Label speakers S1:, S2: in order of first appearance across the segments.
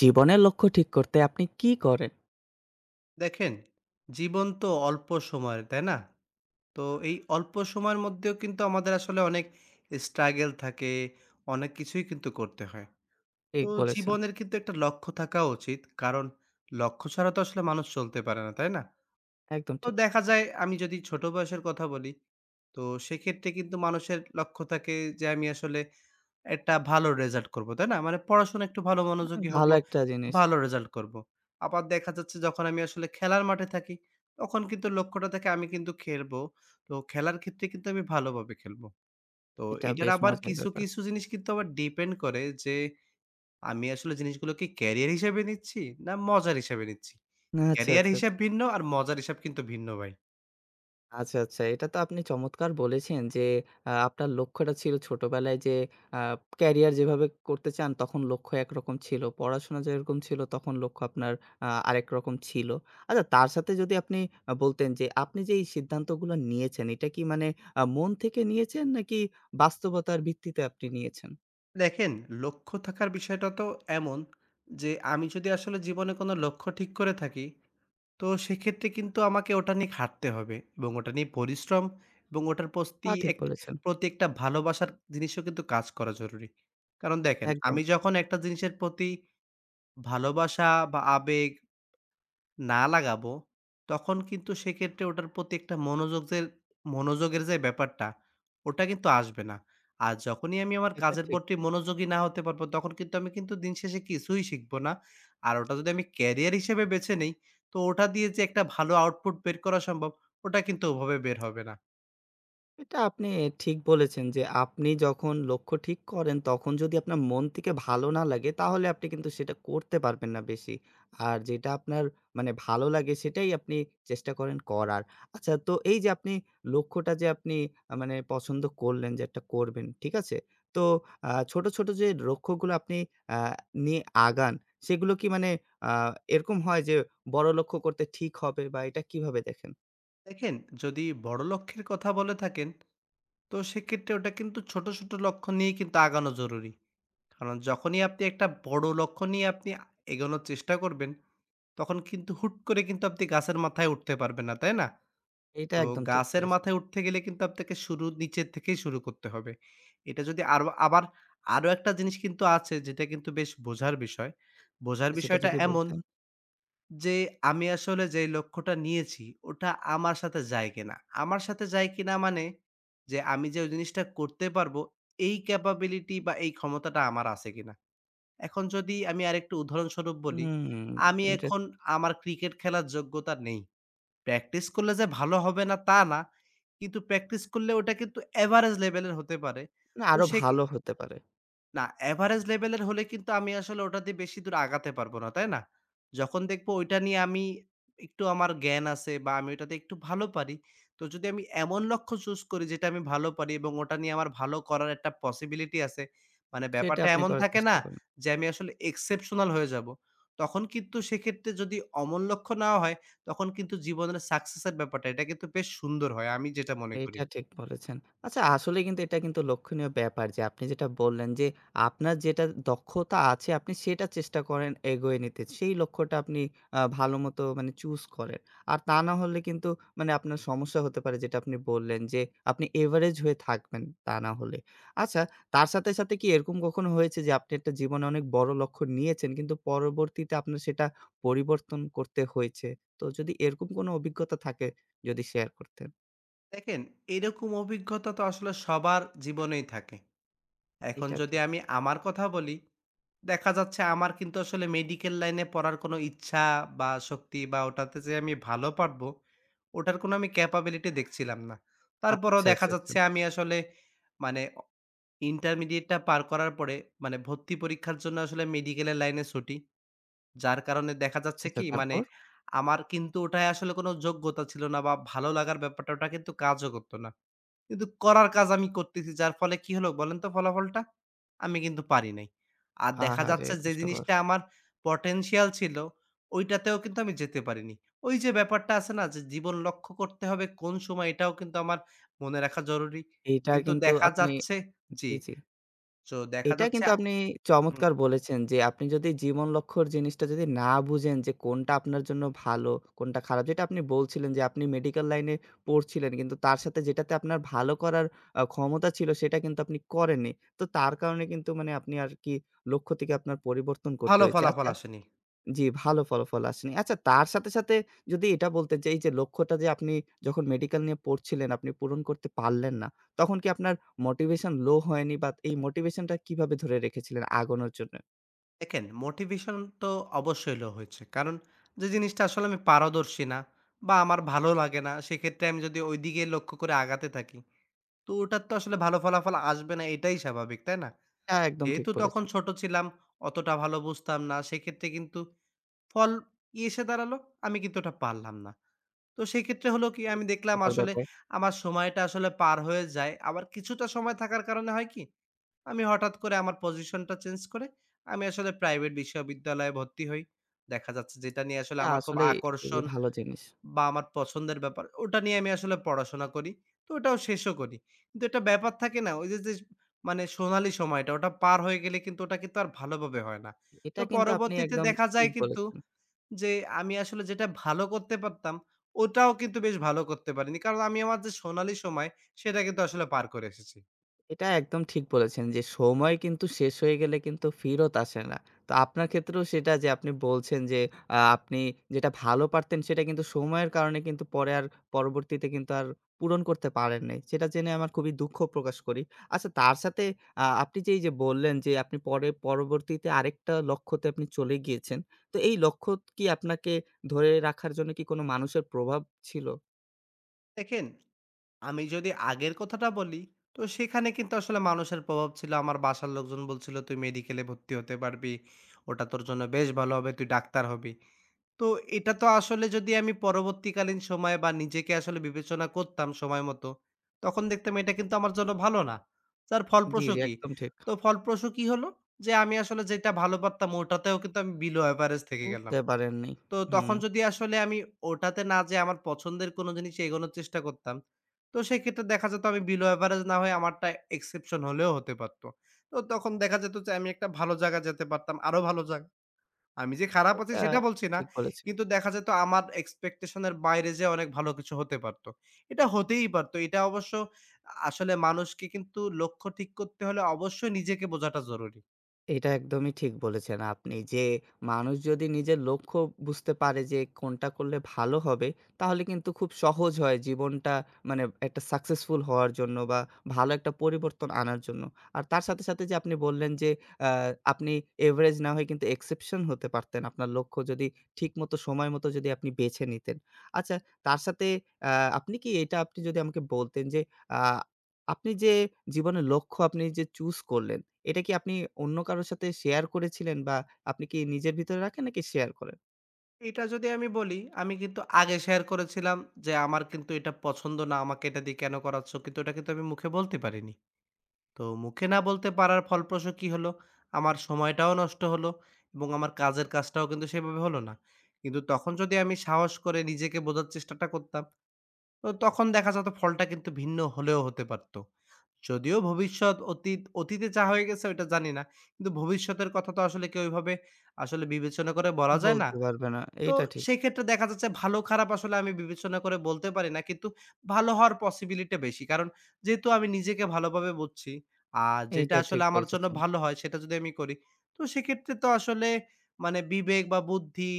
S1: জীবনের লক্ষ্য ঠিক করতে আপনি কি করেন?
S2: দেখেন, জীবন তো অল্প সময়ের, তাই না? তো এই অল্প সময়ের মধ্যেও কিন্তু আমাদের আসলে অনেক struggle থাকে, অনেক কিছুই কিন্তু করতে হয়।
S1: ঠিক
S2: তো
S1: বলেছেন।
S2: জীবনের কিন্তু একটা লক্ষ্য থাকা উচিত। কারণ লক্ষ্য ছাড়া তো আসলে মানুষ চলতে পারে না, তাই না?
S1: একদম
S2: তো
S1: ঠিক।
S2: দেখা যায় আমি যদি ছোট বয়সের কথা বলি, তো সেক্ষেত্রে কিন্তু মানুষের লক্ষ্য থাকে যে আমি আসলে একটা ভালো রেজাল্ট করব, তাই না? মানে পড়াশোনায় একটু ভালো মনোযোগী হব,
S1: ভালো একটা জিনিস।
S2: ভালো রেজাল্ট করব। আবার দেখা যাচ্ছে যখন আমি আসলে খেলার মাঠে থাকি, তখন কিন্তু লক্ষ্যটা থাকে আমি কিন্তু খেলবো। তো খেলার ক্ষেত্রে কিন্তু আমি ভালোভাবে খেলবো। তো
S1: এটা
S2: এটার
S1: বেশ
S2: আবার
S1: মজার
S2: কিছু,
S1: ব্যাপার।
S2: কিছু জিনিস কিন্তু আবার ডিপেন্ড করে যে আমি আসলে জিনিসগুলো কি ক্যারিয়ার হিসেবে নিচ্ছি না মজার হিসেবে নিচ্ছি।
S1: আচ্ছা,
S2: ক্যারিয়ার
S1: আচ্ছা,
S2: হিসাব
S1: আচ্ছা।
S2: ভিন্ন আর মজার হিসাব কিন্তু ভিন্ন ভাই।
S1: আচ্ছা, আচ্ছা। এটা তো আপনি চমৎকার বলেছেন যে আপনার লক্ষ্যটা ছিল ছোটবেলায় যে আ ক্যারিয়ার যেভাবে করতে চান তখন লক্ষ্য একরকম ছিল। পড়াশোনা যেরকম ছিল তখন লক্ষ্য আপনার আরেক রকম ছিল। আচ্ছা তার সাথে যদি আপনি বলতেন যে আপনি যে এই সিদ্ধান্তগুলো নিয়েছেন এটা কি মানে মন থেকে নিয়েছেন নাকি বাস্তবতার ভিত্তিতে আপনি নিয়েছেন?
S2: দেখেন লক্ষ্য থাকার বিষয়টা তো এমন যে আমি যদি আসলে জীবনে কোনো লক্ষ্য ঠিক করে থাকি তো সেক্ষেত্রে কিন্তু আমাকে ওটা নিয়ে খাটতে হবে এবং ওটা নিয়ে পরিশ্রম এবং ওটার প্রতি
S1: তা ঠিক
S2: এক
S1: বলেছেন।
S2: প্রতি একটা ভালোবাসার জিনিসও কিন্তু কাজ করা জরুরি। কারণ দেখেন,
S1: একদম।
S2: আমি যখন একটা জিনিসের প্রতি ভালোবাসা বা আবেগ না লাগাবো, তখন কিন্তু সেক্ষেত্রে ওটার প্রতি একটা মনোযোগ যে মনোযোগের যে ব্যাপারটা, ওটা কিন্তু আসবে না। আর যখনই আমি আমার
S1: এটা
S2: কাজের
S1: ঠিক।
S2: প্রতি মনোযোগী না হতে পারবো, তখন কিন্তু আমি কিন্তু দিন শেষে কিছুই শিখবো না। আর ওটা যদি আমি ক্যারিয়ার হিসেবে বেছে নেই, তো ওটা দিয়ে যে একটা ভালো আউটপুট বের করা সম্ভব, ওটা কিন্তু ওভাবে বের হবে না।
S1: এটা আপনি ঠিক বলেছেন যে, আপনি যখন লক্ষ্য ঠিক করেন, তখন যদি আপনার মন থেকে ভালো না লাগে, তাহলে আপনি কিন্তু সেটা করতে পারবেন না বেশি। আর যেটা আপনার মানে ভালো লাগে, সেটাই আপনি চেষ্টা করেন করার। আচ্ছা, তো এই যে আপনি লক্ষ্যটা যে আপনি মানে পছন্দ করলেন যে একটা করবেন, ঠিক আছে? তো ছোট, ছোট যে লক্ষ্যগুলো আপনি আ নিয়ে আগান, সেগুলো কি মানে আ এরকম হয় যে বড় লক্ষ্য করতে ঠিক হবে বা এটা কিভাবে দেখেন?
S2: দেখেন, যদি বড় লক্ষ্যের কথা বলে থাকেন, তো সেক্ষেত্রে ওটা কিন্তু ছোট লক্ষ্য নিয়েই কিন্তু আগানো জরুরি। কারণ যখনই আপনি একটা বড় লক্ষ্য নিয়ে আপনি এগোনোর চেষ্টা করবেন তখন কিন্তু হুট করে কিন্তু আপনি গাছের মাথায় উঠতে পারবেন না, তাই না?
S1: এটা
S2: তো
S1: একদম ঠিক
S2: গাছের
S1: বলেছেন।
S2: মাথায় উঠতে গেলে কিন্তু আপনাকে শুরু নিচের থেকেই শুরু করতে হবে। এটা যদি আরো আবার আরো একটা জিনিস কিন্তু আছে যেটা কিন্তু বেশ বোঝার বিষয়। বোঝার
S1: সেটা
S2: বিষয়টা
S1: যদি
S2: এমন
S1: বলতেন।
S2: যে আমি আসলে যে লক্ষ্যটা নিয়েছি ওটা আমার সাথে যায় কিনা? আমার সাথে যায় কিনা মানে যে আমি যে ওই জিনিসটা করতে পারবো এই ক্যাপাবিলিটি বা এই ক্ষমতাটা আমার আছে কিনা? এখন যদি আমি আরেকটু উদাহরণস্বরূপ বলি,
S1: হুম,
S2: আমি
S1: ইন্টারেস্ট
S2: এখন আমার ক্রিকেট খেলার যোগ্যতা নেই। প্র্যাকটিস করলে যে ভালো হবে না তা না। কিন্তু প্র্যাকটিস করলে ওটা কিন্তু এভারেজ লেভেলের হতে পারে।
S1: না
S2: তো
S1: আরো
S2: সেক্ষে
S1: ভালো হতে পারে।
S2: না, এভারেজ লেভেলের হলে কিন্তু আমি আসলে ওটা দিয়ে বেশি দূর আগাতে পারব না, তাই না? যখন দেখবো ওইটা নিয়ে আমি একটু আমার জ্ঞান আছে বা আমি ওটাতে একটু ভালো পারি। তো যদি আমি এমন লক্ষ্য চুজ করি যেটা আমি ভালো পারি এবং ওটা নিয়ে আমার ভালো করার একটা পসিবিলিটি আছে। মানে
S1: সেটা
S2: ব্যাপারটা
S1: আপনি
S2: এমন
S1: করার
S2: থাকে না
S1: চেষ্টা করুন।
S2: যে আমি আসলে এক্সেপশনাল হয়ে যাব। তখন কিন্তু সেক্ষেত্রে যদি অমন লক্ষ্য নেওয়া হয়, তখন কিন্তু জীবনের সাকসেসের ব্যাপারটা এটা কিন্তু বেশ সুন্দর হয় আমি যেটা মনে করি।
S1: এটা ঠিক বলেছেন। আচ্ছা আসলে কিন্তু এটা কিন্তু লক্ষণীয় ব্যাপার যে আপনি যেটা বললেন যে আপনার যেটা দক্ষতা আছে আপনি সেটা চেষ্টা করেন এগোয়ে নিতে। সেই লক্ষ্যটা আপনি ভালোমতো মানে চুজ করেন। আর তা না হলে কিন্তু মানে আপনার সমস্যা হতে পারে যেটা আপনি বললেন যে আপনি এভারেজ হয়ে থাকবেন তা না হলে। আচ্ছা তার সাথে, সাথে কি এরকম কখনো হয়েছে যে আপনি একটা জীবনে অনেক বড় লক্ষ্য নিয়েছেন কিন্তু পরবর্তীতে আপনার সেটা পরিবর্তন করতে হয়েছে? তো যদি এরকম কোনো অভিজ্ঞতা থাকে যদি শেয়ার করতেন।
S2: দেখেন, এরকম অভিজ্ঞতা তো আসলে সবার জীবনেই থাকে। এখন
S1: এটা
S2: যদি
S1: ঠিক।
S2: আমি আমার কথা বলি, দেখা যাচ্ছে আমার কিন্তু আসলে মেডিকেল লাইনে পড়ার কোনো ইচ্ছা বা শক্তি বা ওটাতে যে আমি ভালো পারবো, ওটার কোনো আমি ক্যাপাবিলিটি দেখছিলাম না। তারপরেও
S1: আচ্ছা,
S2: দেখা
S1: আচ্ছা, আচ্ছা,
S2: যাচ্ছে আমি আসলে মানে অ ইন্টারমিডিয়েটটা পার করার পরে মানে ভর্তি পরীক্ষার জন্য আসলে মেডিকেলের লাইনে ছুটি। যার কারণে দেখা
S1: আচ্ছা,
S2: যাচ্ছে
S1: আচ্ছা
S2: কি মানে
S1: তারপর?
S2: আমার কিন্তু ওটায় আসলে কোনো যোগ্যতা ছিল না বা ভালো লাগার ব্যাপারটা ওটা কিন্তু কাজও করত না। কিন্তু করার কাজ আমি করতেছি। যার ফলে কি হলো বলেন তো ফলাফলটা? আমি কিন্তু পারি নাই। আর দেখা
S1: আহারে!
S2: যাচ্ছে যে
S1: কষ্টকর।
S2: জিনিসটা আমার পটেনশিয়াল ছিল, ওইটাতেও কিন্তু আমি যেতে পারিনি। ওই যে ব্যাপারটা আছে না যে জীবন লক্ষ্য করতে হবে কোন সময় এটাও কিন্তু আমার মনে রাখা জরুরি।
S1: এইটা
S2: কিন্তু
S1: কিন্তু
S2: দেখা
S1: আপনি
S2: যাচ্ছে জি,
S1: জি, জি।
S2: তো দেখা
S1: এটা
S2: যাচ্ছে
S1: কিন্তু আপনি
S2: হুম,
S1: চমৎকার বলেছেন যে, আপনি যদি জীবন লক্ষ্যর জিনিসটা যদি না বুঝেন যে, কোনটা আপনার জন্য ভালো, কোনটা খারাপ। যেটা আপনি বলছিলেন যে, আপনি মেডিকেল লাইনে পড়ছিলেন কিন্তু তার সাথে যেটাতে আপনার ভালো করার ক্ষমতা ছিল সেটা কিন্তু আপনি করেননি। তো তার কারণে কিন্তু মানে আপনি আর কি লক্ষ্য থেকে আপনার পরিবর্তন করতে
S2: ভালো
S1: হয়েছে।
S2: ফলাফল
S1: আচ্ছা
S2: আসেনি।
S1: জি, ভালো ফলাফল আসেনি। আচ্ছা তার সাথে, সাথে যদি এটা বলতেন যে, এই যে লক্ষ্যটা যে আপনি যখন মেডিকেল নিয়ে পড়ছিলেন, আপনি পূরণ করতে পারলেন না। তখন কি আপনার মোটিভেশন লো হয়নি বা এই মোটিভেশনটা কিভাবে ধরে রেখেছিলেন আগানোর জন্য?
S2: দেখেন মোটিভেশন তো অবশ্যই লো হয়েছে। কারণ যে জিনিসটা আসলে আমি পারদর্শী না বা আমার ভালো লাগে না, সেক্ষেত্রে আমি যদি ওইদিকে লক্ষ্য করে আগাতে থাকি তো ওটার তো আসলে ভালো ফলাফল আসবে না এটাই স্বাভাবিক, তাই না?
S1: এটা একদম ঠিক
S2: যেহেতু তখন
S1: বলেছেন।
S2: ছোট ছিলাম, অতটা ভালো বুঝতাম না। সেক্ষেত্রে কিন্তু ফল কি এসে দাঁড়ালো? আমি কিন্তু ওটা পারলাম না। তো সেক্ষেত্রে হলো কি
S1: খুবই
S2: আমি দেখলাম
S1: দুঃখকর
S2: আসলে
S1: ব্যাপার।
S2: আমার সময়টা আসলে পার হয়ে যায়। আবার কিছুটা সময় থাকার কারণে হয় কি? আমি হঠাৎ করে আমার পজিশনটা চেঞ্জ করে আমি আসলে প্রাইভেট বিশ্ববিদ্যালয়ে ভর্তি হই। দেখা যাচ্ছে যেটা নিয়ে আসলে
S1: এটা
S2: আমার খুব
S1: আসলেই খুবই
S2: আকর্ষণ
S1: ভালো জিনিস।
S2: বা আমার পছন্দের ব্যাপার, ওটা নিয়ে আমি আসলে পড়াশোনা করি। তো ওটাও শেষও করি। কিন্তু একটা ব্যাপার থাকে না? ওই যে, যে মানে সোনালী সময়টা ওটা পার হয়ে গেলে কিন্তু ওটা কিন্তু আর ভালোভাবে হয় না। তো
S1: এটা কিন্তু আপনি
S2: পরবর্তীতে
S1: একদম
S2: দেখা যায়
S1: ঠিক
S2: কিন্তু
S1: বলেছেন।
S2: যে আমি আসলে যেটা ভালো করতে পারতাম, ওটাও কিন্তু বেশ ভালো করতে পারিনি। কারণ আমি আমার যে সোনালী সময় সেটা কিন্তু আসলে পার করে এসেছি।
S1: এটা একদম ঠিক বলেছেন যে সময় কিন্তু শেষ হয়ে গেলে কিন্তু ফিরত আসে না। তো আপনার ক্ষেত্রেও সেটা যে আপনি বলছেন যে আপনি যেটা ভালো পারতেন সেটা কিন্তু সময়ের কারণে কিন্তু পরে আর পরবর্তীতে কিন্তু আর পূরণ করতে পারেন নাই। সেটা জেনে আমার খুবই দুঃখ প্রকাশ করি। আচ্ছা তার সাথে আপনি যে এই যে বললেন যে আপনি পরে পরবর্তীতে আরেকটা লক্ষ্যতে আপনি চলে গিয়েছেন। তো এই লক্ষ্য কি আপনাকে ধরে রাখার জন্য কি কোনো মানুষের প্রভাব ছিল?
S2: দেখেন আমি যদি আগের কথাটা বলি, তো সেখানে কিন্তু আসলে মানুষের প্রভাব ছিল। আমার বাসার লোকজন বলছিল, "তুই মেডিকেলে ভর্তি হতে পারবি। ওটা তোর জন্য বেশ ভালো হবে। তুই ডাক্তার হবি।" তো এটা তো আসলে যদি আমি পরবর্তীকালীন সময়ে বা নিজেকে আসলে বিবেচনা করতাম সময় মতো, তখন দেখতাম এটা কিন্তু আমার জন্য ভালো না। যার
S1: জি,
S2: ফলপ্রসূ
S1: জি
S2: কি?
S1: একদম ঠিক।
S2: তো ফলপ্রসূ কি হলো? যে আমি আসলে যেটা ভালো পারতাম ওটাতেও কিন্তু আমি বিলো এভারেজ থেকে গেলাম।
S1: উঠতে পারেননি।
S2: তো
S1: হুম।
S2: তখন যদি আসলে আমি ওটাতে না যেয়ে আমার পছন্দের কোনো জিনিসে এগোনোর চেষ্টা করতাম, তো সেক্ষেত্রে দেখা যেত আমি বিলো এভারেজ না হয়ে আমারটা এক্সেপশন হলেও হতে পারত। তো তখন দেখা যেত যে আমি একটা ভালো জায়গায় যেতে পারতাম, আরো ভালো জায়গা। আমি যে খারাপ আছি
S1: এটা
S2: সেটা বলছি না।
S1: ঠিক বলেছেন।
S2: কিন্তু দেখা যেত আমার এক্সপেকটেশন এর বাইরে যেয়ে অনেক ভালো কিছু হতে পারত। এটা হতেই পারত। এটা অবশ্য আসলে মানুষকে কিন্তু লক্ষ্য ঠিক করতে হলে অবশ্যই নিজেকে বোঝাটা জরুরি।
S1: এটা একদমই ঠিক বলেছেন আপনি যে, মানুষ যদি নিজের লক্ষ্য বুঝতে পারে যে কোনটা করলে ভালো হবে, তাহলে কিন্তু খুব সহজ হয় জীবনটা মানে একটা সাকসেসফুল হওয়ার জন্য বা ভালো একটা পরিবর্তন আনার জন্য। আর তার সাথে, সাথে যে আপনি বললেন যে আ আপনি এভারেজ না হয়ে কিন্তু এক্সেপশন হতে পারতেন, আপনার লক্ষ্য যদি ঠিকমতো সময় মতো যদি আপনি বেছে নিতেন। আচ্ছা তার সাথে আ আপনি কি এটা আপনি যদি আমাকে বলতেন যে আ আপনি যে জীবনের লক্ষ্য আপনি যে চুজ করলেন এটা কি আপনি অন্য কারো সাথে শেয়ার করেছিলেন বা আপনি কি নিজের ভিতরে রাখেন নাকি শেয়ার করেন?
S2: এটা যদি আমি বলি, আমি কিন্তু আগে শেয়ার করেছিলাম যে, "আমার কিন্তু এটা পছন্দ না, আমাকে এটা দিয়ে কেন করাচ্ছ?" কিন্তু ওটা কিন্তু আমি মুখে বলতে পারিনি। তো মুখে না বলতে পারার ফলপ্রসূ কি হলো? আমার সময়টাও নষ্ট হলো এবং আমার কাজের কাজটাও কিন্তু সেভাবে হলো না। কিন্তু তখন যদি আমি সাহস করে নিজেকে বোঝার চেষ্টাটা করতাম, তো তখন দেখা যেত ফলটা কিন্তু ভিন্ন হলেও হতে পারত। যদিও ভবিষ্যৎ অতীত অতীতে যা হয়ে গেছে ওইটা জানি না। কিন্তু ভবিষ্যতের কথা তো আসলে কেউ ওইভাবে আসলে বিবেচনা করে বলা যায় না।
S1: বলতে পারবে না।
S2: তো
S1: এইটা ঠিক,
S2: সেক্ষেত্রে দেখা যাচ্ছে ভালো খারাপ আসলে আমি বিবেচনা করে বলতে পারি না। কিন্তু ভালো হওয়ার পসিবিলিটি বেশি। কারণ যেহেতু আমি নিজেকে ভালোভাবে বুঝছি। আর যেটা
S1: এইটা
S2: আসলে
S1: ঠিক
S2: আমার জন্য
S1: বলতেছেন।
S2: ভালো হয় সেটা যদি আমি করি, তো সেক্ষেত্রে তো আসলে মানে বিবেক বা বুদ্ধি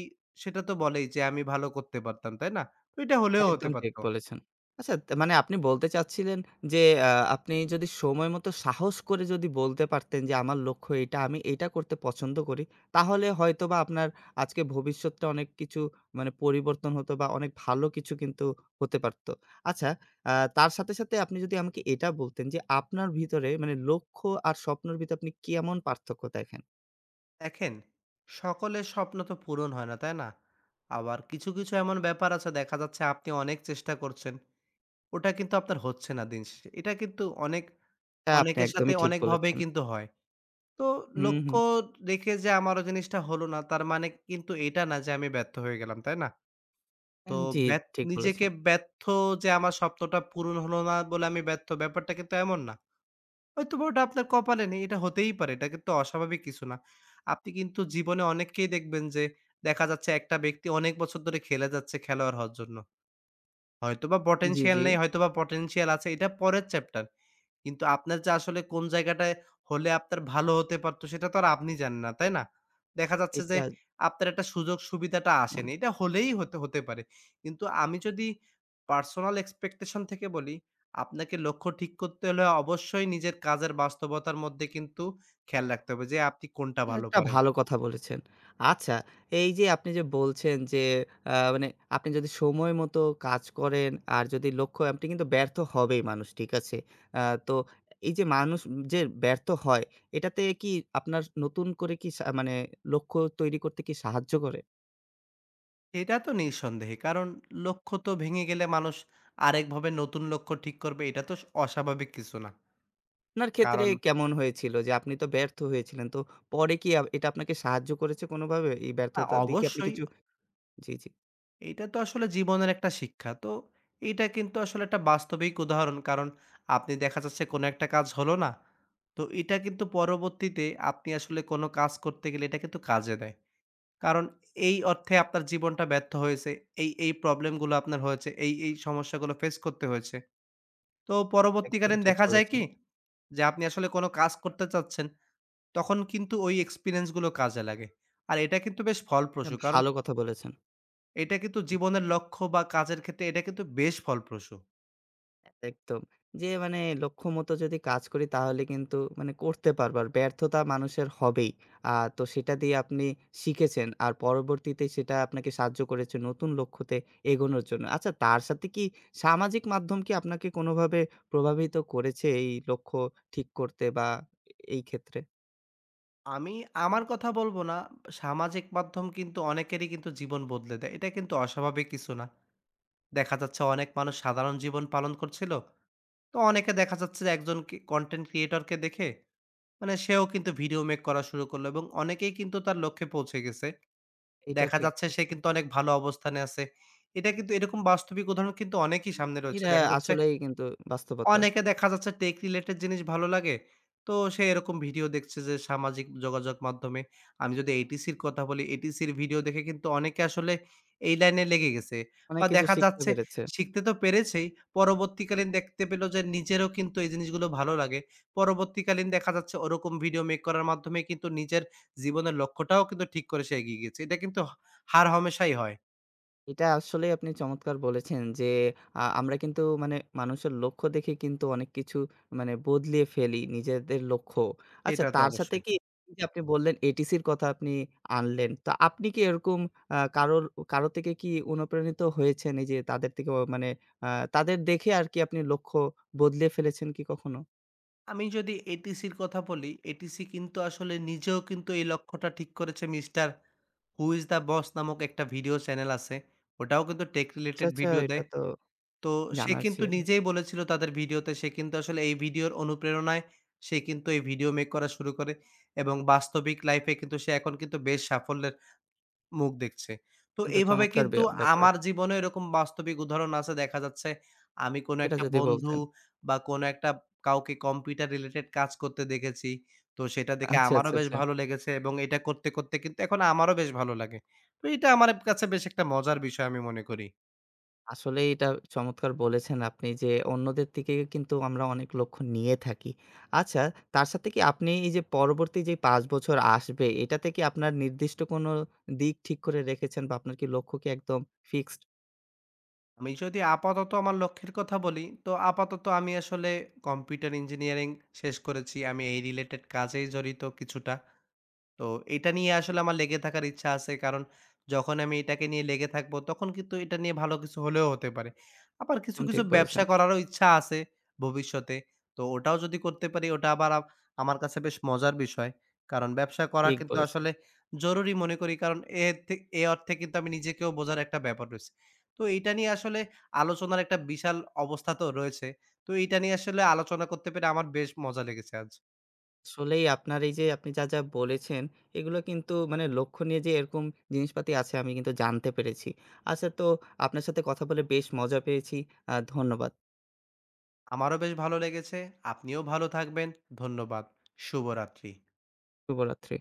S2: সেটা তো বলেই যে আমি ভালো করতে পারতাম, তাই না? তো এটা হলেও হতে
S1: একদম ঠিক
S2: পারত।
S1: বলেছেন। আচ্ছা তা মানে আপনি বলতে চাচ্ছিলেন যে আ আপনি যদি সময় মতো সাহস করে যদি বলতে পারতেন যে আমার লক্ষ্য এটা, আমি এটা করতে পছন্দ করি, তাহলে হয়তোবা আপনার আজকে ভবিষ্যৎটা অনেক কিছু মানে পরিবর্তন হতো বা অনেক ভালো কিছু কিন্তু হতে পারত। আচ্ছা তার সাথে, সাথে আপনি যদি আমাকে এটা বলতেন যে আপনার ভিতরে মানে লক্ষ্য আর স্বপ্নের ভিতরে আপনি কেমন পার্থক্য দেখেন?
S2: দেখেন, সকলের স্বপ্ন তো পূরণ হয় না, তাই না? আবার কিছু এমন ব্যাপার আছে দেখা যাচ্ছে আপনি অনেক চেষ্টা করছেন। ওটা কিন্তু আপনার হচ্ছে না দিন শেষে। এটা কিন্তু অনেক
S1: এটা আপনি
S2: অনেকের সাথে
S1: একদমই ঠিক
S2: অনেকভাবেই
S1: বলেছেন।
S2: কিন্তু হয়। তো
S1: হুম, হুম।
S2: লক্ষ্য রেখে যে আমারও জিনিসটা হলো না, তার মানে কিন্তু এটা না যে আমি ব্যর্থ হয়ে গেলাম, তাই না? তো
S1: জি,
S2: ব্যা
S1: ঠিক
S2: নিজেকে
S1: বলেছেন।
S2: ব্যর্থ যে আমার স্বপ্নটা পূরণ হলো না বলে আমি ব্যর্থ, ব্যাপারটা কিন্তু এমন না। হয়তোবা ওটা আপনার কপালে নেই, এটা হতেই পারে। এটা কিন্তু অস্বাভাবিক কিছু না। আপনি কিন্তু জীবনে অনেককেই দেখবেন যে দেখা যাচ্ছে একটা ব্যক্তি অনেক বছর ধরে খেলে যাচ্ছে খেলোয়াড় হওয়ার জন্য। হয়তোবা
S1: জি,
S2: পটেনশিয়াল
S1: জি।
S2: নেই, হয়তোবা পটেনশিয়াল আছে, এটা পরের চ্যাপ্টার। কিন্তু আপনার যে আসলে কোন জায়গাটায় হলে আপনার ভালো হতে পারতো সেটা তো আর আপনি জানেন না, তাই না? দেখা যাচ্ছে যে
S1: এটা
S2: আপনার একটা সুযোগ-সুবিধাটা আসেনি। এটা হলেই হতে হতে পারে। কিন্তু আমি যদি পার্সোনাল এক্সপেকটেশন থেকে বলি, আপনাকে লক্ষ্য ঠিক করতে হলে অবশ্যই নিজের কাজের বাস্তবতার মধ্যে কিন্তু খেয়াল রাখতে হবে যে আপনি কোনটা ভালো
S1: একটা
S2: পারেন।
S1: ভালো কথা বলেছেন। আচ্ছা, এই যে আপনি যে বলছেন যে মানে আপনি যদি সময় মতো কাজ করেন আর যদি লক্ষ্য আপনি কিন্তু ব্যর্থ হবেই মানুষ, ঠিক আছে? আ তো এই যে মানুষ যে ব্যর্থ হয়, এটাতে কি আপনার নতুন করে কি মানে লক্ষ্য তৈরি করতে কি সাহায্য করে?
S2: এটা তো নিঃসন্দেহে। কারণ লক্ষ্য তো ভেঙে গেলে মানুষ আরেকভাবে নতুন লক্ষ্য ঠিক করবে এটা তো অস্বাভাবিক কিছু না।
S1: আপনার ক্ষেত্রে
S2: কারণ
S1: কেমন হয়েছিল যে আপনি তো ব্যর্থ হয়েছিলেন। তো পরে কি এটা আপনাকে সাহায্য করেছে কোনোভাবে? এই ব্যর্থতা দিয়ে কি আপনি
S2: অবশ্যই
S1: কিছু জি, জি।
S2: এইটা তো আসলে জীবনের একটা শিক্ষা। তো এইটা কিন্তু আসলে একটা বাস্তবিক উদাহরণ। কারণ আপনি দেখা যাচ্ছে কোনো একটা কাজ হলো না। তো এটা কিন্তু পরবর্তীতে আপনি আসলে কোনো কাজ করতে গেলে এটা কিন্তু কাজে দেয়। কারণ এই অর্থে আপনার জীবনটা ব্যর্থ হয়েছে। এই প্রবলেম গুলো আপনার হয়েছে। এই সমস্যাগুলো ফেস করতে হয়েছে। তো
S1: একদম
S2: পরবর্তীকালীন
S1: ঠিক
S2: দেখা যায়
S1: বলেছেন।
S2: কি? যে আপনি আসলে কোনো কাজ করতে চাচ্ছেন, তখন কিন্তু ওই এক্সপেরিয়েন্স গুলো কাজে লাগে। আর এটা কিন্তু বেশ
S1: এটা
S2: ফলপ্রসূ। কারণ
S1: ভালো কথা বলেছেন।
S2: এটা কিন্তু জীবনের লক্ষ্য বা কাজের ক্ষেত্রে এটা কিন্তু বেশ ফলপ্রসূ।
S1: একদম। যে মানে লক্ষ্যমত যদি কাজ করি তাহলে কিন্তু মানে করতে পারবো। আর ব্যর্থতা মানুষের হবেই। আ তো সেটা দিয়ে আপনি শিখেছেন। আর পরবর্তীতে সেটা আপনাকে সাহায্য করেছে নতুন লক্ষ্যতে এগোনোর জন্য। আচ্ছা তার সাথে কি সামাজিক মাধ্যম কি আপনাকে কোনোভাবে প্রভাবিত করেছে এই লক্ষ্য ঠিক করতে বা এই ক্ষেত্রে?
S2: আমি আমার কথা বলব না, সামাজিক মাধ্যম কিন্তু অনেকেরই কিন্তু জীবন বদলে দেয়। এটা কিন্তু অস্বাভাবিক কিছু না। দেখা যাচ্ছে অনেক মানুষ সাধারণ জীবন পালন করছিল। তো অনেকে দেখা যাচ্ছে যে একজন কি কনটেন্ট ক্রিয়েটর কে দেখে মানে সেও কিন্তু ভিডিও মেক করা শুরু করলো এবং অনেকেই কিন্তু তার লক্ষ্যে পৌঁছে গেছে।
S1: এটা
S2: দেখা
S1: ঠিক
S2: যাচ্ছে সে
S1: বলছেন।
S2: কিন্তু অনেক ভালো অবস্থানে আছে। এটা কিন্তু এরকম বাস্তবিক উদাহরণ কিন্তু অনেকই সামনে রয়েছে।
S1: এটা
S2: দেখা যাচ্ছে
S1: আসলেই কিন্তু বাস্তবতা।
S2: অনেকে দেখা যাচ্ছে টেক রিলেটেড জিনিস ভালো লাগে। তো সে এরকম ভিডিও দেখছে যে সামাজিক যোগাযোগ মাধ্যমে। আমি যদি এটিসির কথা বলি, এটিসির ভিডিও দেখে কিন্তু অনেকে আসলে এই লাইনে লেগে গেছে। বা
S1: অনেক কিছু
S2: দেখা
S1: শিখতে
S2: যাচ্ছে
S1: পেরেছে।
S2: শিখতে তো পেরেছেই, পরবর্তীকালীন দেখতে পেল যে নিজেরও কিন্তু এই জিনিসগুলো ভালো লাগে। পরবর্তীকালীন দেখা যাচ্ছে ওরকম ভিডিও মেক করার মাধ্যমে কিন্তু নিজের জীবনের লক্ষ্যটাও কিন্তু ঠিক করে সে এগিয়ে গিয়েছে। এটা কিন্তু হ হার হামেশাই হয়।
S1: এটা আসলেই আপনি চমৎকার বলেছেন যে, আমরা কিন্তু মানে মানুষের লক্ষ্য দেখে কিন্তু অনেক কিছু মানে বদলিয়ে ফেলি নিজেদের লক্ষ্য। আচ্ছা
S2: এটা তো
S1: তার সাথে
S2: অবশ্যই।
S1: কি এই যে আপনি বললেন এটিসির কথা আপনি আনলেন। তো আপনি কি এরকম কারোর কারো থেকে কি অনুপ্রাণিত হয়েছেন? এই যে তাদের থেকে মানে আ তাদের দেখে আর কি আপনি লক্ষ্য বদলে ফেলেছেন কি কখনো?
S2: আমি যদি এটিসির কথা বলি, এটিসি কিন্তু আসলে নিজেও কিন্তু এই লক্ষ্যটা ঠিক করেছে। Mister who is the boss নামক একটা ভিডিও চ্যানেল আছে। ওটাও কিন্তু টেক
S1: আচ্ছা,
S2: রিলেটেড
S1: আচ্ছা
S2: ভিডিও
S1: এটা
S2: দেয়।
S1: তো
S2: তো সে
S1: জানার
S2: কিন্তু
S1: ছিল।
S2: নিজেই বলেছিল তাদের ভিডিওতে সে কিন্তু আসলে এই ভিডিওর অনুপ্রেরণায় সে কিন্তু এই ভিডিও মেক করা শুরু করে এবং বাস্তবিক লাইফে কিন্তু সে এখন কিন্তু বেশ সাফল্যের মুখ দেখছে। তো
S1: কিন্তু
S2: এভাবে
S1: চমৎকার
S2: কিন্তু
S1: ব্যাপার।
S2: আমার জীবনে এরকম বাস্তবিক উদাহরণ আছে। দেখা যাচ্ছে আমি কোনো
S1: এটা
S2: একটা
S1: যদি
S2: বন্ধু
S1: বলতেন।
S2: বা কোনো একটা কাউকে কম্পিউটার রিলেটেড কাজ করতে দেখেছি। তো সেটা দেখে
S1: আচ্ছা,
S2: আমারও
S1: আচ্ছা,
S2: বেশ
S1: আচ্ছা।
S2: ভালো লেগেছে এবং এটা করতে, করতে কিন্তু এখন আমারও বেশ ভালো লাগে। তো এটা আমার কাছে বেশ একটা মজার বিষয় আমি মনে করি।
S1: আসলে এটা চমৎকার বলেছেন আপনি যে অন্যদের থেকে কিন্তু আমরা অনেক লক্ষ্য নিয়ে থাকি। আচ্ছা তার সাথে কি আপনি এই যে পরবর্তী যে ৫ বছর আসবে এটাতে কি আপনার নির্দিষ্ট কোনো দিক ঠিক করে রেখেছেন বা আপনার কি লক্ষ্য কি একদম ফিক্সড?
S2: আমি যদি আপাতত আমার লক্ষ্যের কথা বলি, তো আপাতত আমি আসলে কম্পিউটার ইঞ্জিনিয়ারিং শেষ করেছি। আমি এই রিলেটেড কাজেই জড়িত কিছুটা। তো এটা নিয়ে আসলে আমার লেগে থাকার ইচ্ছা আছে। কারণ যখন আমি এটাকে নিয়ে লেগে থাকবো, তখন কিন্তু এটা নিয়ে ভালো কিছু হলেও হতে পারে। আবার কিছু,
S1: একদম
S2: কিছু
S1: ঠিক
S2: ব্যবসা
S1: বলেছেন,
S2: করারও ইচ্ছা আছে ভবিষ্যতে। তো ওটাও যদি করতে পারি, ওটা আবার আমার কাছে বেশ মজার বিষয়। কারণ ব্যবসা করা
S1: ঠিক
S2: কিন্তু
S1: বলেছেন।
S2: আসলে জরুরি মনে করি। কারণ এর থে এ অর্থে কিন্তু আমি নিজেকেও বোঝার একটা ব্যাপার রয়েছে। তো এইটা নিয়ে আসলে আলোচনার একটা বিশাল অবস্থা তো রয়েছে। তো এইটা নিয়ে আসলে আলোচনা করতে পেরে আমার বেশ মজা লেগেছে আজ।
S1: আসলেই আপনার এই যে আপনি যা, যা বলেছেন এগুলো কিন্তু মানে লক্ষ্য নিয়ে যে এরকম জিনিসপাতি আছে আমি কিন্তু জানতে পেরেছি। আচ্ছা তো আপনার সাথে কথা বলে বেশ মজা পেয়েছি। ধন্যবাদ।
S2: আমারও বেশ ভালো লেগেছে। আপনিও ভালো থাকবেন। ধন্যবাদ। শুভরাত্রি।
S1: শুভরাত্রি।